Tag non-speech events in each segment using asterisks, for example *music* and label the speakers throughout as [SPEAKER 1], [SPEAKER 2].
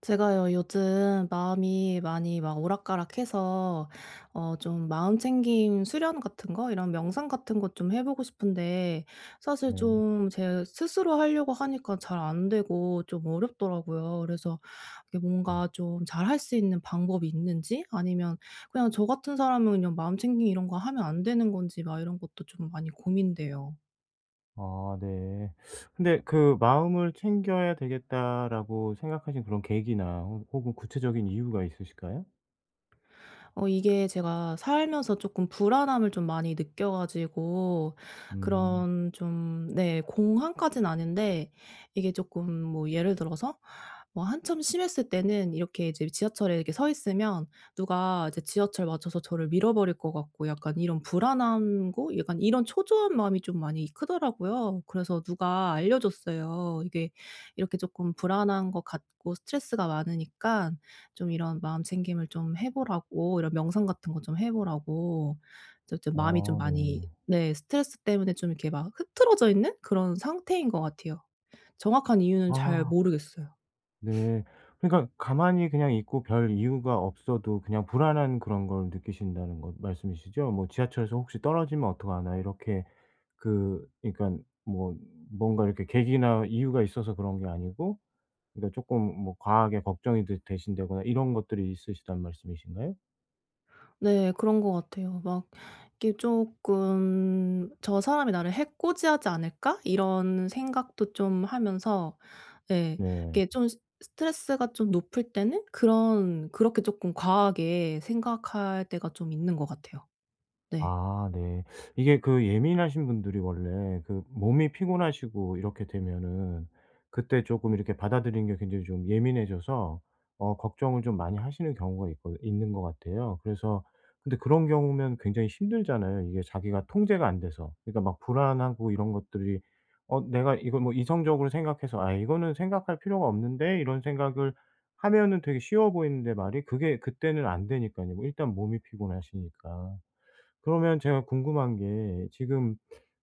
[SPEAKER 1] 제가요, 요즘 마음이 많이 막 오락가락해서, 좀 마음 챙김 수련 같은 거, 이런 명상 같은 것 좀 해보고 싶은데, 사실
[SPEAKER 2] 네.
[SPEAKER 1] 좀 제 스스로 하려고 하니까 잘 안 되고 좀 어렵더라고요. 그래서 이게
[SPEAKER 2] 네.
[SPEAKER 1] 뭔가 좀 잘 할 수 있는 방법이 있는지, 아니면 그냥 저 같은 사람은 그냥 마음 챙김 이런 거 하면 안 되는 건지, 막 이런 것도 좀 많이 고민돼요.
[SPEAKER 2] 아 네. 근데 그 '마음을 챙겨야 되겠다.'라고 생각하신 그런 계기나 혹 혹은 구체적인 이유가 있으실까요?
[SPEAKER 1] 이게 제가 살면서 조금 불안함을 좀 많이 느껴 가지고,
[SPEAKER 2] 음.
[SPEAKER 1] 그런 좀, 네, 공황까진 아닌데, 이게 조금 뭐 예를 들어서, 뭐 한참 심했을 때는 이렇게 이제 지하철에 이렇게 서 있으면 누가 이제 지하철 맞춰서 저를 밀어버릴 것 같고, 약간 이런 불안함고 약간 이런 초조한 마음이 좀 많이 크더라고요. 그래서 누가 알려줬어요. 이게 이렇게 조금 불안한 것 같고 스트레스가 많으니까 좀 이런 마음 챙김을 좀 해 보라고, 이런 명상 같은 거 좀 해 보라고. 좀
[SPEAKER 2] 아
[SPEAKER 1] 마음이 좀
[SPEAKER 2] 네.
[SPEAKER 1] 많이, 네, 스트레스 때문에 좀 이렇게 막 흐트러져 있는 그런 상태인 것 같아요. 정확한 이유는 잘
[SPEAKER 2] 아
[SPEAKER 1] 모르겠어요.
[SPEAKER 2] 네. 그러니까 가만히 그냥 있고 별 이유가 없어도 그냥 불안한 그런 걸 느끼신다는 것 말씀이시죠? 뭐 '지하철에서 혹시 떨어지면 어떡하나.' 이렇게, 그러니까 뭐 뭔가 이렇게 계기나 이유가 있어서 그런 게 아니고, 그러니까 조금 뭐 과하게 걱정이 되 되신다거나 이런 것들이 있으시단 말씀이신가요?
[SPEAKER 1] 네. 그런 것 같아요. 막 이게 조금 '저 사람이 나를 해코지하지 않을까?' 이런 생각도 좀 하면서, 예,
[SPEAKER 2] 네.
[SPEAKER 1] 이게 좀 스 스트레스가 좀 높을 때는 그런 그렇게 조금 과하게 생각할 때가 좀 있는 것 같아요. 네.
[SPEAKER 2] 아 네. 이게 그 예민하신 분들이 원래 그 몸이 피곤하시고 이렇게 되면은, 그때 조금 이렇게 받아들이는 게 굉장히 좀 예민해져서 걱정을 좀 많이 하시는 경우가 있거 있는 것 같아요. 그래서 근데 그런 경우면 굉장히 힘들잖아요. 이게 자기가 통제가 안 돼서. 그러니까 막 불안하고 이런 것들이, 내가 이걸 뭐 이성적으로 생각해서 '아 이거는 생각할 필요가 없는데.' 이런 생각을 하면은 되게 쉬워 보이는데, 말이 그게 그때는 안 되니까요, 일단 몸이 피곤하시니까. 그러면 제가 궁금한 게 지금,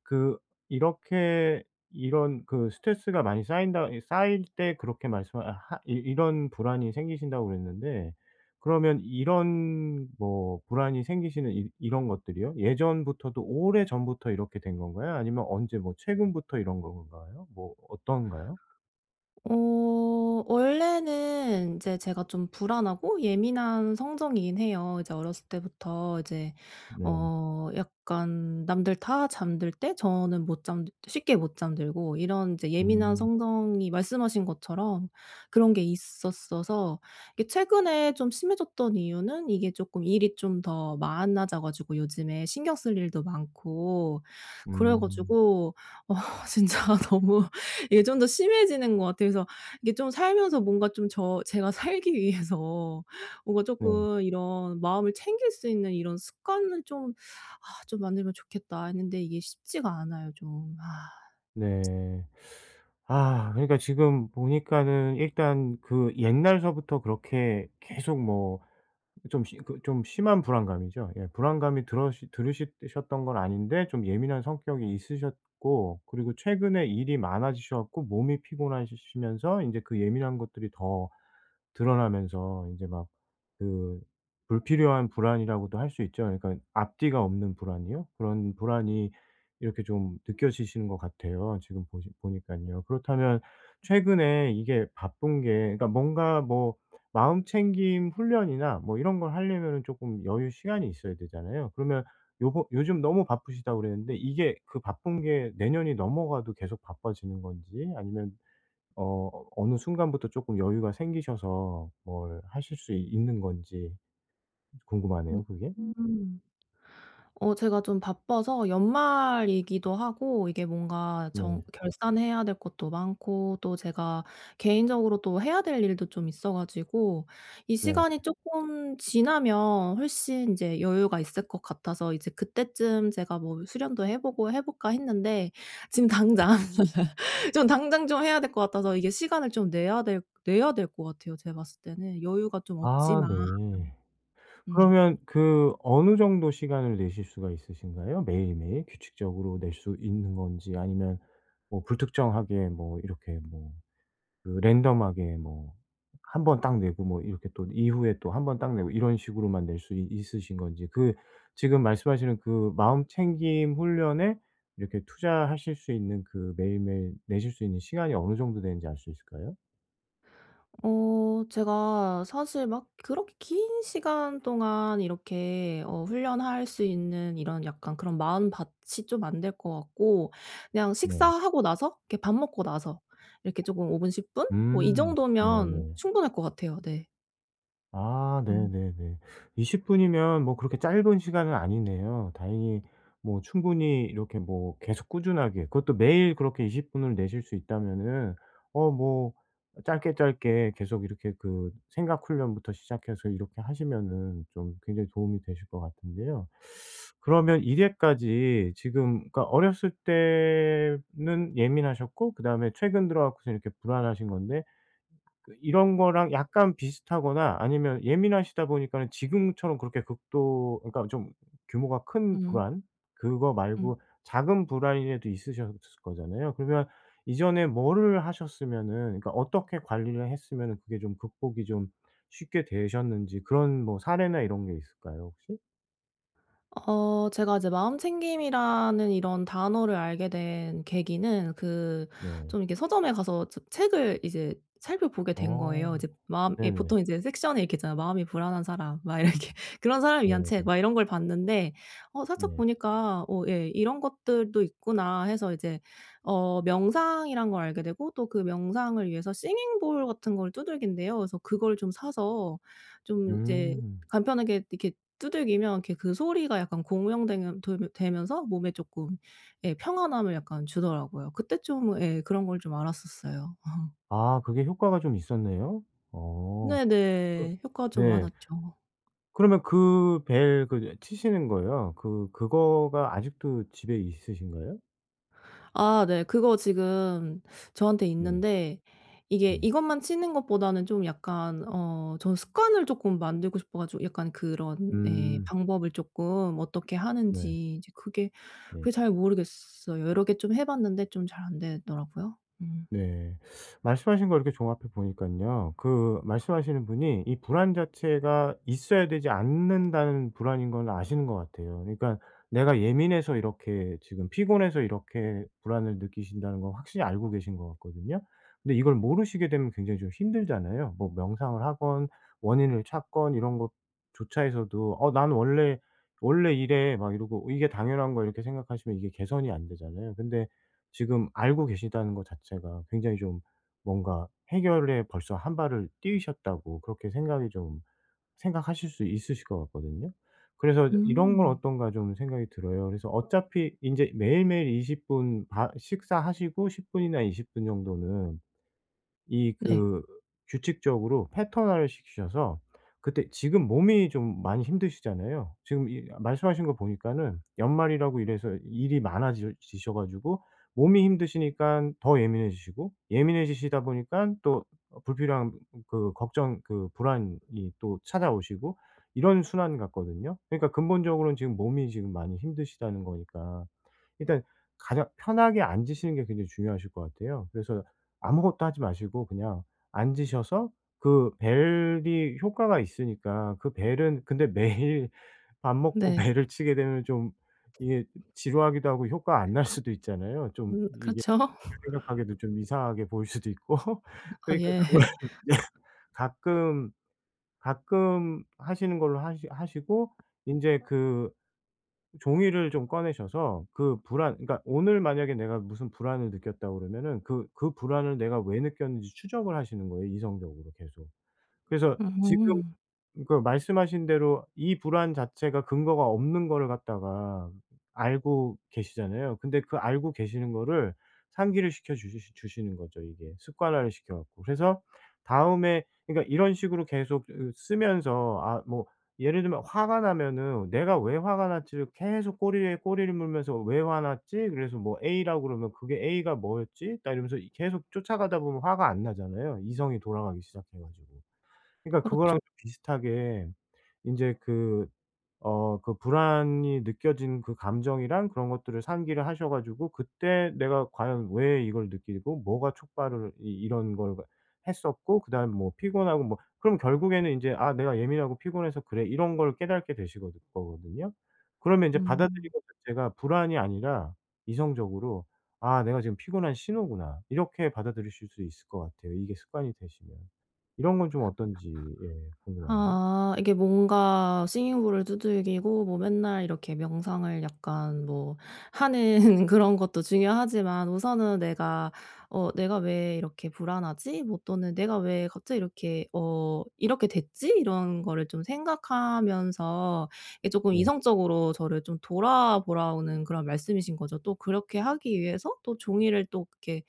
[SPEAKER 2] 그 이렇게 이런 그 스트레스가 많이 쌓인다, 쌓일 때 그렇게 말씀, 아 하 이 이런 불안이 생기신다고 그랬는데, 그러면 이런 뭐 불안이 생기시는 이 이런 것들이요? 예전부터도 오래전부터 이렇게 된 건가요? 아니면 언제 뭐 최근부터 이런 건가요? 뭐 어떤가요?
[SPEAKER 1] 어 원래는 이제 제가 좀 불안하고 예민한 성정이긴 해요. 이제 어렸을 때부터 이제,
[SPEAKER 2] 네.
[SPEAKER 1] 약간 남들 다 잠들 때 저는 못 잠 쉽게 못 잠들고, 이런 이제 예민한
[SPEAKER 2] 음.
[SPEAKER 1] 성정이 말씀하신 것처럼 그런 게 있었어서, 이게 최근에 좀 심해졌던 이유는 이게 조금 일이 좀 더 많아져 가지고 요즘에 신경 쓸 일도 많고, 그래
[SPEAKER 2] 음.
[SPEAKER 1] 가지고, 어 *laughs* 진짜 너무 이게 좀 더 심해지는 것 같아요. 그래서 이게 좀 살면서 뭔가 좀 제가 살기 위해서 *laughs* 뭔가
[SPEAKER 2] 네.
[SPEAKER 1] 쪼끔 이런 마음을 챙길 수 있는 이런 습관을 좀 '아 좀 만들면 좋겠다.' 했는데, 이게 쉽지가 않아요, 좀. 아.
[SPEAKER 2] 네. 아 그러니까 지금 보니까는 일단 그 옛날서부터 그렇게 계속 뭐좀 그 좀 심한 불안감이죠. 예 불안감이 들으 셨던 건 아닌데, 좀 예민한 성격이 있으셨고, 그리고 최근에 일이 많아지셔 갖고 몸이 피곤하시 면서 이제 그 예민한 것들이 더 드러나면서 이제 막 그 불필요한 불안이라고도 할 수 있죠. 그러니까 앞뒤가 없는 불안이요? 그런 불안이 이렇게 좀 느껴지시는 것 같아요, 지금 보시 보니깐요. 그렇다면 최근에 이게 바쁜 게, 그러니까 뭔가, 뭐 마음 챙김 훈련이나 뭐 이런 걸 하려면은 금 여유 시간이 있어야 되잖아요. 그러면 요번 요즘 너무 바쁘시다고 그랬는데, 이게 그 바쁜 게 내년이 넘어가도 계속 바빠지는 건지, 아니면 어느 순간부터 조금 여유가 생기셔서 뭘 하실 수 있는 건지 궁금하네요, 그게.
[SPEAKER 1] 음. 제가 좀 바빠서, 연말이기도 하고 이게 뭔가 정
[SPEAKER 2] 네.
[SPEAKER 1] 결산해야 될 것도 많고, 또 제가 개인적으로 또 해야 될 일도 좀 있어 가지고, 이
[SPEAKER 2] 네.
[SPEAKER 1] 시간이 조금 지나면 훨씬 이제 여유가 있을 것 같아서 이제 그때쯤 제가 뭐 수련도 해 보고 해 볼까 했는데, 지금 당장 *laughs* 좀 당장 좀 해야 될 것 같아서, 이게 시간을 좀 내야 될 것 같아요, 제가 봤을 때는. 여유가 좀
[SPEAKER 2] 아
[SPEAKER 1] 없지만.
[SPEAKER 2] 네.
[SPEAKER 1] 음.
[SPEAKER 2] 그러면 그 어느 정도 시간을 내실 수가 있으신가요? 매일매일 규칙적으로 낼 수 있는 건지, 아니면 뭐 불특정하게 뭐 이렇게 뭐 그 랜덤하게 뭐 한번 딱 내고 뭐 이렇게 또 이후에 또 한번 딱 내고 이런 식으로만 낼 수 있으신 건지, 그 지금 말씀하시는 그 마음챙김 훈련에 이렇게 투자하실 수 있는, 그 매일매일 내실 수 있는 시간이 어느 정도 되는지 알 수 있을까요?
[SPEAKER 1] 제가 사실 막 그렇게 긴 시간 동안 이렇게 훈련할 수 있는 이런 약간 그런 마음밭이 좀 안 될 것 같고, 그냥
[SPEAKER 2] 네.
[SPEAKER 1] 식사하고 나서 이렇게 밥 먹고 나서 이렇게 조금5분 10분 뭐 이
[SPEAKER 2] 음.
[SPEAKER 1] 정도면
[SPEAKER 2] 네네.
[SPEAKER 1] 충분할 것 같아요. 네.
[SPEAKER 2] 아
[SPEAKER 1] 음.
[SPEAKER 2] 네네네. 20분 분이면 뭐 그렇게 짧은 시간은 아니네요. 다행히 뭐 충분히 이렇게 뭐 계속 꾸준하게 그것도 매일 그렇게 20분 분을 내실 수 있다면은, 뭐 짧게 짧게 계속 이렇게 그 생각 훈련부터 시작해서 이렇게 하시면은 좀 굉장히 도움이 되실 것 같은데요. 그러면 이래까지 지금, 그러니까 어렸을 때는 예민하셨고 그다음에 최근 들어 갖고서 이렇게 불안하신 건데, 이런 거랑 약간 비슷하거나 아니면 예민하시다 보니까는 지금처럼 그렇게 극도, 그러니까 좀 규모가 큰
[SPEAKER 1] 음.
[SPEAKER 2] 불안, 그거
[SPEAKER 1] 음.
[SPEAKER 2] 말고 작은 불안이라도 있으셨을 거잖아요. 그러면 이전에 뭐를 하셨으면은, 그러니까 어떻게 관리를 했으면은 그게 좀 극복이 좀 쉽게 되셨는지, 그런 뭐 사례나 이런 게 있을까요 혹시?
[SPEAKER 1] 제가 이제 마음챙김이라는 이런 단어를 알게 된 계기는, 그
[SPEAKER 2] 네.
[SPEAKER 1] 좀 이렇게 서점에 가서 저 책을 이제 살펴보게 된
[SPEAKER 2] 어.
[SPEAKER 1] 거예요. 이제 마음, 예,
[SPEAKER 2] 네네.
[SPEAKER 1] 보통 이제 섹션에 이렇게 있잖아요. 마음이 불안한 사람 막 이렇게 *laughs* 그런 사람을 위한
[SPEAKER 2] 네.
[SPEAKER 1] 책 막 이런 걸 봤는데, 살짝
[SPEAKER 2] 네.
[SPEAKER 1] 보니까 '어 예 이런 것들도 있구나.' 해서 이제 명상이란 걸 알게 되고, 또 그 명상을 위해서 싱잉 볼 같은 걸 두들긴대요. 그래서 그걸 좀 사서 좀 이제
[SPEAKER 2] 음.
[SPEAKER 1] 간편하게 이렇게 두들기면, 이렇게 그 소리가 약간 공명되면 돌며 되면서 몸에 쪼끔, 예, 평안함을 약간 주더라고요. 그때 좀, 예, 그런 걸 좀 알았었어요.
[SPEAKER 2] 아 그게 효과가 좀 있었네요. 어. 그
[SPEAKER 1] 네네. 효과가 좀
[SPEAKER 2] 네.
[SPEAKER 1] 많았죠.
[SPEAKER 2] 그러면 그 벨 그 치시는 거요. 그거가 아직도 집에 있으신가요?
[SPEAKER 1] 아, 네. 그거 지금 저한테
[SPEAKER 2] 네.
[SPEAKER 1] 있는데, 이게
[SPEAKER 2] 네.
[SPEAKER 1] 이것만 치는 것보다는 좀 약간, 저는 습관을 쪼끔 만들고 싶어 가지고, 약간 그런, 예,
[SPEAKER 2] 음.
[SPEAKER 1] 방법을 쪼끔 어떻게
[SPEAKER 2] 네.
[SPEAKER 1] 하는지 이제 그게
[SPEAKER 2] 네.
[SPEAKER 1] 그게 잘 모르겠어요. 여러 개 좀 해 봤는데 좀 잘 안 되더라고요. 음.
[SPEAKER 2] 네. 말씀하신 걸 이렇게 종합해 보니깐요. 그 말씀하시는 분이 이 불안 자체가 있어야 되지 않는다는 불안인 걸 아시는 것 같아요. 그러니까 내가 예민해서 이렇게 지금 피곤해서 이렇게 불안을 느끼신다는 건 확실히 알고 계신 것 같거든요. 근데 이걸 모르시게 되면 굉장히 좀 힘들잖아요. 뭐 명상을 하건 원인을 찾건 이런 것조차 해서도 '어 난 원래 원래 이래.' 막 이러고 이게 당연한 거 이렇게 생각하시면 이게 개선이 안 되잖아요. 근데 지금 알고 계시다는 것 자체가 굉장히 좀 뭔가 해결에 벌써 한 발을 뛰셨다고 그렇게, 생각이 좀 생각하실 수 있으실 것 같거든요. 그래서 이런 건
[SPEAKER 1] 음.
[SPEAKER 2] 어떤가 좀 생각이 들어요. 그래서 어차피 인제 매일매일 20분바 식사하시고 10분 분이나 20분 정도는 이
[SPEAKER 1] 네.
[SPEAKER 2] 그 규칙적으로 패턴화를 시키셔서, 그때 지금 몸이 좀 많이 힘드시잖아요. 지금 이 말씀하신 거 보니까는 연말이라고 이래서 일이 많아지 셔 가지고 몸이 힘드시니까 더 예민해지시고, 예민해지시다 보니깐 또 불필요한 그 걱정, 그 불안이 또 찾아오시고, 이런 순환 같거든요. 그러니까 근본적으로는 지금 몸이 지금 많이 힘드시다는 거니까 일단 가장 편하게 앉으시는 게 굉장히 중요하실 것 같아요. 그래서 아무것도 하지 마시고 그냥 앉으셔서, 그 벨이 효과가 있으니까, 그 벨은 근데 매일 *laughs* 밥 먹고
[SPEAKER 1] 네.
[SPEAKER 2] 벨을 치게 되면 좀 이게 지루하기도 하고 효과 안 날 수도 있잖아요. 좀
[SPEAKER 1] 음,
[SPEAKER 2] 이게
[SPEAKER 1] 그렇죠. *laughs*
[SPEAKER 2] 생각하기도 좀 이상하게 보일 수도 있고. *laughs*
[SPEAKER 1] 아,
[SPEAKER 2] 그러니까
[SPEAKER 1] 예.
[SPEAKER 2] 그걸 *laughs* 제 가끔, 가끔 하시는 걸로 하시고, 이제그 종이를 좀 꺼내셔서, 그 불안, 그러니까 오늘 만약에 내가 무슨 불안을 느꼈다고 그러면은 그 불안을 내가 왜 느꼈는지 추적을 하시는 거예요, 이성적으로 계속. 그래서 지금,
[SPEAKER 1] 음.
[SPEAKER 2] 그러니까 말씀하신 대로 이 불안 자체가 근거가 없는 거를 갖다가 알고 계시잖아요. 근데 그 알고 계시는 거를 상기를 시켜 주시는 거죠 이게. 습관화를 시켜 갖고. 그래서 다음에 그러니까 이런 식으로 계속 으 쓰면서 아 뭐, 예를 들면 화가 나면은 '내가 왜 화가 났지?'를 계속 꼬리에 꼬리를 물면서 '왜 화났지?' 그래서 뭐 A라고 그러면 '그게 A가 뭐였지?' 딱 이러면서 계속 쫓아가다 보면 화가 안 나잖아요, 이성이 돌아가기 시작해 가지고. 그러니까
[SPEAKER 1] 그렇죠.
[SPEAKER 2] 그거랑 비슷하게 인제 그, 그 불안이 느껴진 그 감정이랑 그런 것들을 상기를 하셔 가지고, 그때 내가 과연 왜 이걸 느끼고 뭐가 촉발을 이 이런 걸 했었고, 그다뭐 피곤하고 뭐 그럼 결국에는 이제 '아 내가 예민하고 피곤해서 그래.' 이런 걸 깨닫게 되시거 거거든요. 그러면 이제 받아들이는
[SPEAKER 1] 음.
[SPEAKER 2] 자체가 불안이 아니라 이성적으로 '아 내가 지금 피곤한 신호구나.' 이렇게 받아들이실 수 있을 것 같아요, 이게 습관이 되시면. 이런 건 좀 어떤지, 예 궁금하네요.
[SPEAKER 1] 아, 이게 뭔가 싱잉볼을 두들기고 뭐 맨날 이렇게 명상을 약간 뭐 하는 *laughs* 그런 것도 중요하지만, 우선은 내가 '어 내가 왜 이렇게 불안하지?' 뭐 또는 '내가 왜 갑자기 이렇게 이렇게 됐지?' 이런 거를 좀 생각하면서, 이게 조금
[SPEAKER 2] 네.
[SPEAKER 1] 이성적으로 저를 좀 돌아보라는 그런 말씀이신 거죠. 또 그렇게 하기 위해서 또 종이를 또 이렇게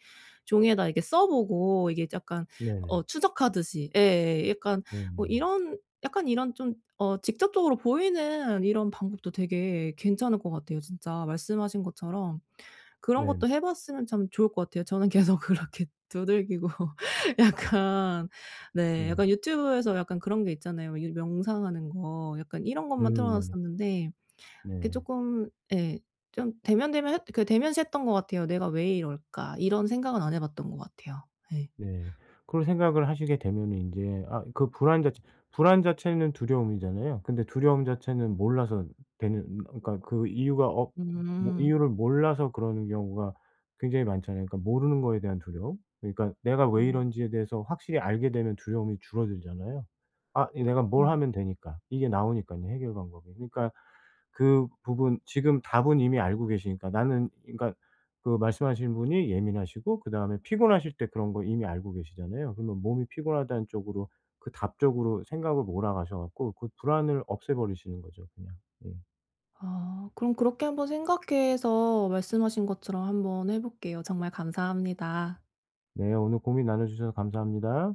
[SPEAKER 1] 종이에다 이렇게 써 보고, 이게 약간
[SPEAKER 2] 네네.
[SPEAKER 1] 추적하듯이, 예예, 약간, 뭐
[SPEAKER 2] 네네.
[SPEAKER 1] 이런, 약간 이런 좀, 직접적으로 보이는 이런 방법도 되게 괜찮을 것 같아요. 진짜 말씀하신 것처럼 그런
[SPEAKER 2] 네네.
[SPEAKER 1] 것도 해 봤으면 참 좋을 것 같아요. 저는 *laughs* 계속 그렇게 두들기고 *laughs* 약간, 네,
[SPEAKER 2] 네.
[SPEAKER 1] 약간 유튜브에서 약간 그런 게 있잖아요. 이 명상하는 거 약간 이런 것만 틀어
[SPEAKER 2] 네네.
[SPEAKER 1] 놨었는데, 그게
[SPEAKER 2] 네.
[SPEAKER 1] 쪼끔, 예, 좀 대면대면 했 그 대면시 했던 것 같아요. '내가 왜 이럴까?' 이런 생각은 안 해 봤던 것 같아요. 예.
[SPEAKER 2] 네. 그런 생각을 하시게 되면은 인제 아 그 불안 자체, 불안 자체는 두려움이잖아요. 근데 두려움 자체는 몰라서 되는, 그러니까 그 이유가 없 뭐
[SPEAKER 1] 음.
[SPEAKER 2] 이유를 몰라서 그러는 경우가 굉장히 많잖아요. 그러니까 모르는 거에 대한 두려움. 그러니까 내가 왜
[SPEAKER 1] 음.
[SPEAKER 2] 이런지에 대해서 확실히 알게 되면 두려움이 줄어들잖아요. 아 이 내가 뭘
[SPEAKER 1] 음.
[SPEAKER 2] 하면 되니까, 이게 나오니깐요, 해결 방법이. 그러니까 그 부분 지금 답은 이미 알고 계시니까 나는, 그러니까 그 말씀하신 분이 예민하시고 그다음에 피곤하실 때 그런 거 이미 알고 계시잖아요. 그러면 몸이 피곤하다는 쪽으로, 그 답 쪽으로 생각을 몰아가셔 갖고 그 불안을 없애 버리시는 거죠, 그냥. 예.
[SPEAKER 1] 아, 그럼 그렇게 한번 생각해서 말씀하신 것처럼 한번 해 볼게요. 정말 감사합니다.
[SPEAKER 2] 네 오늘 고민 나눠 주셔서 감사합니다.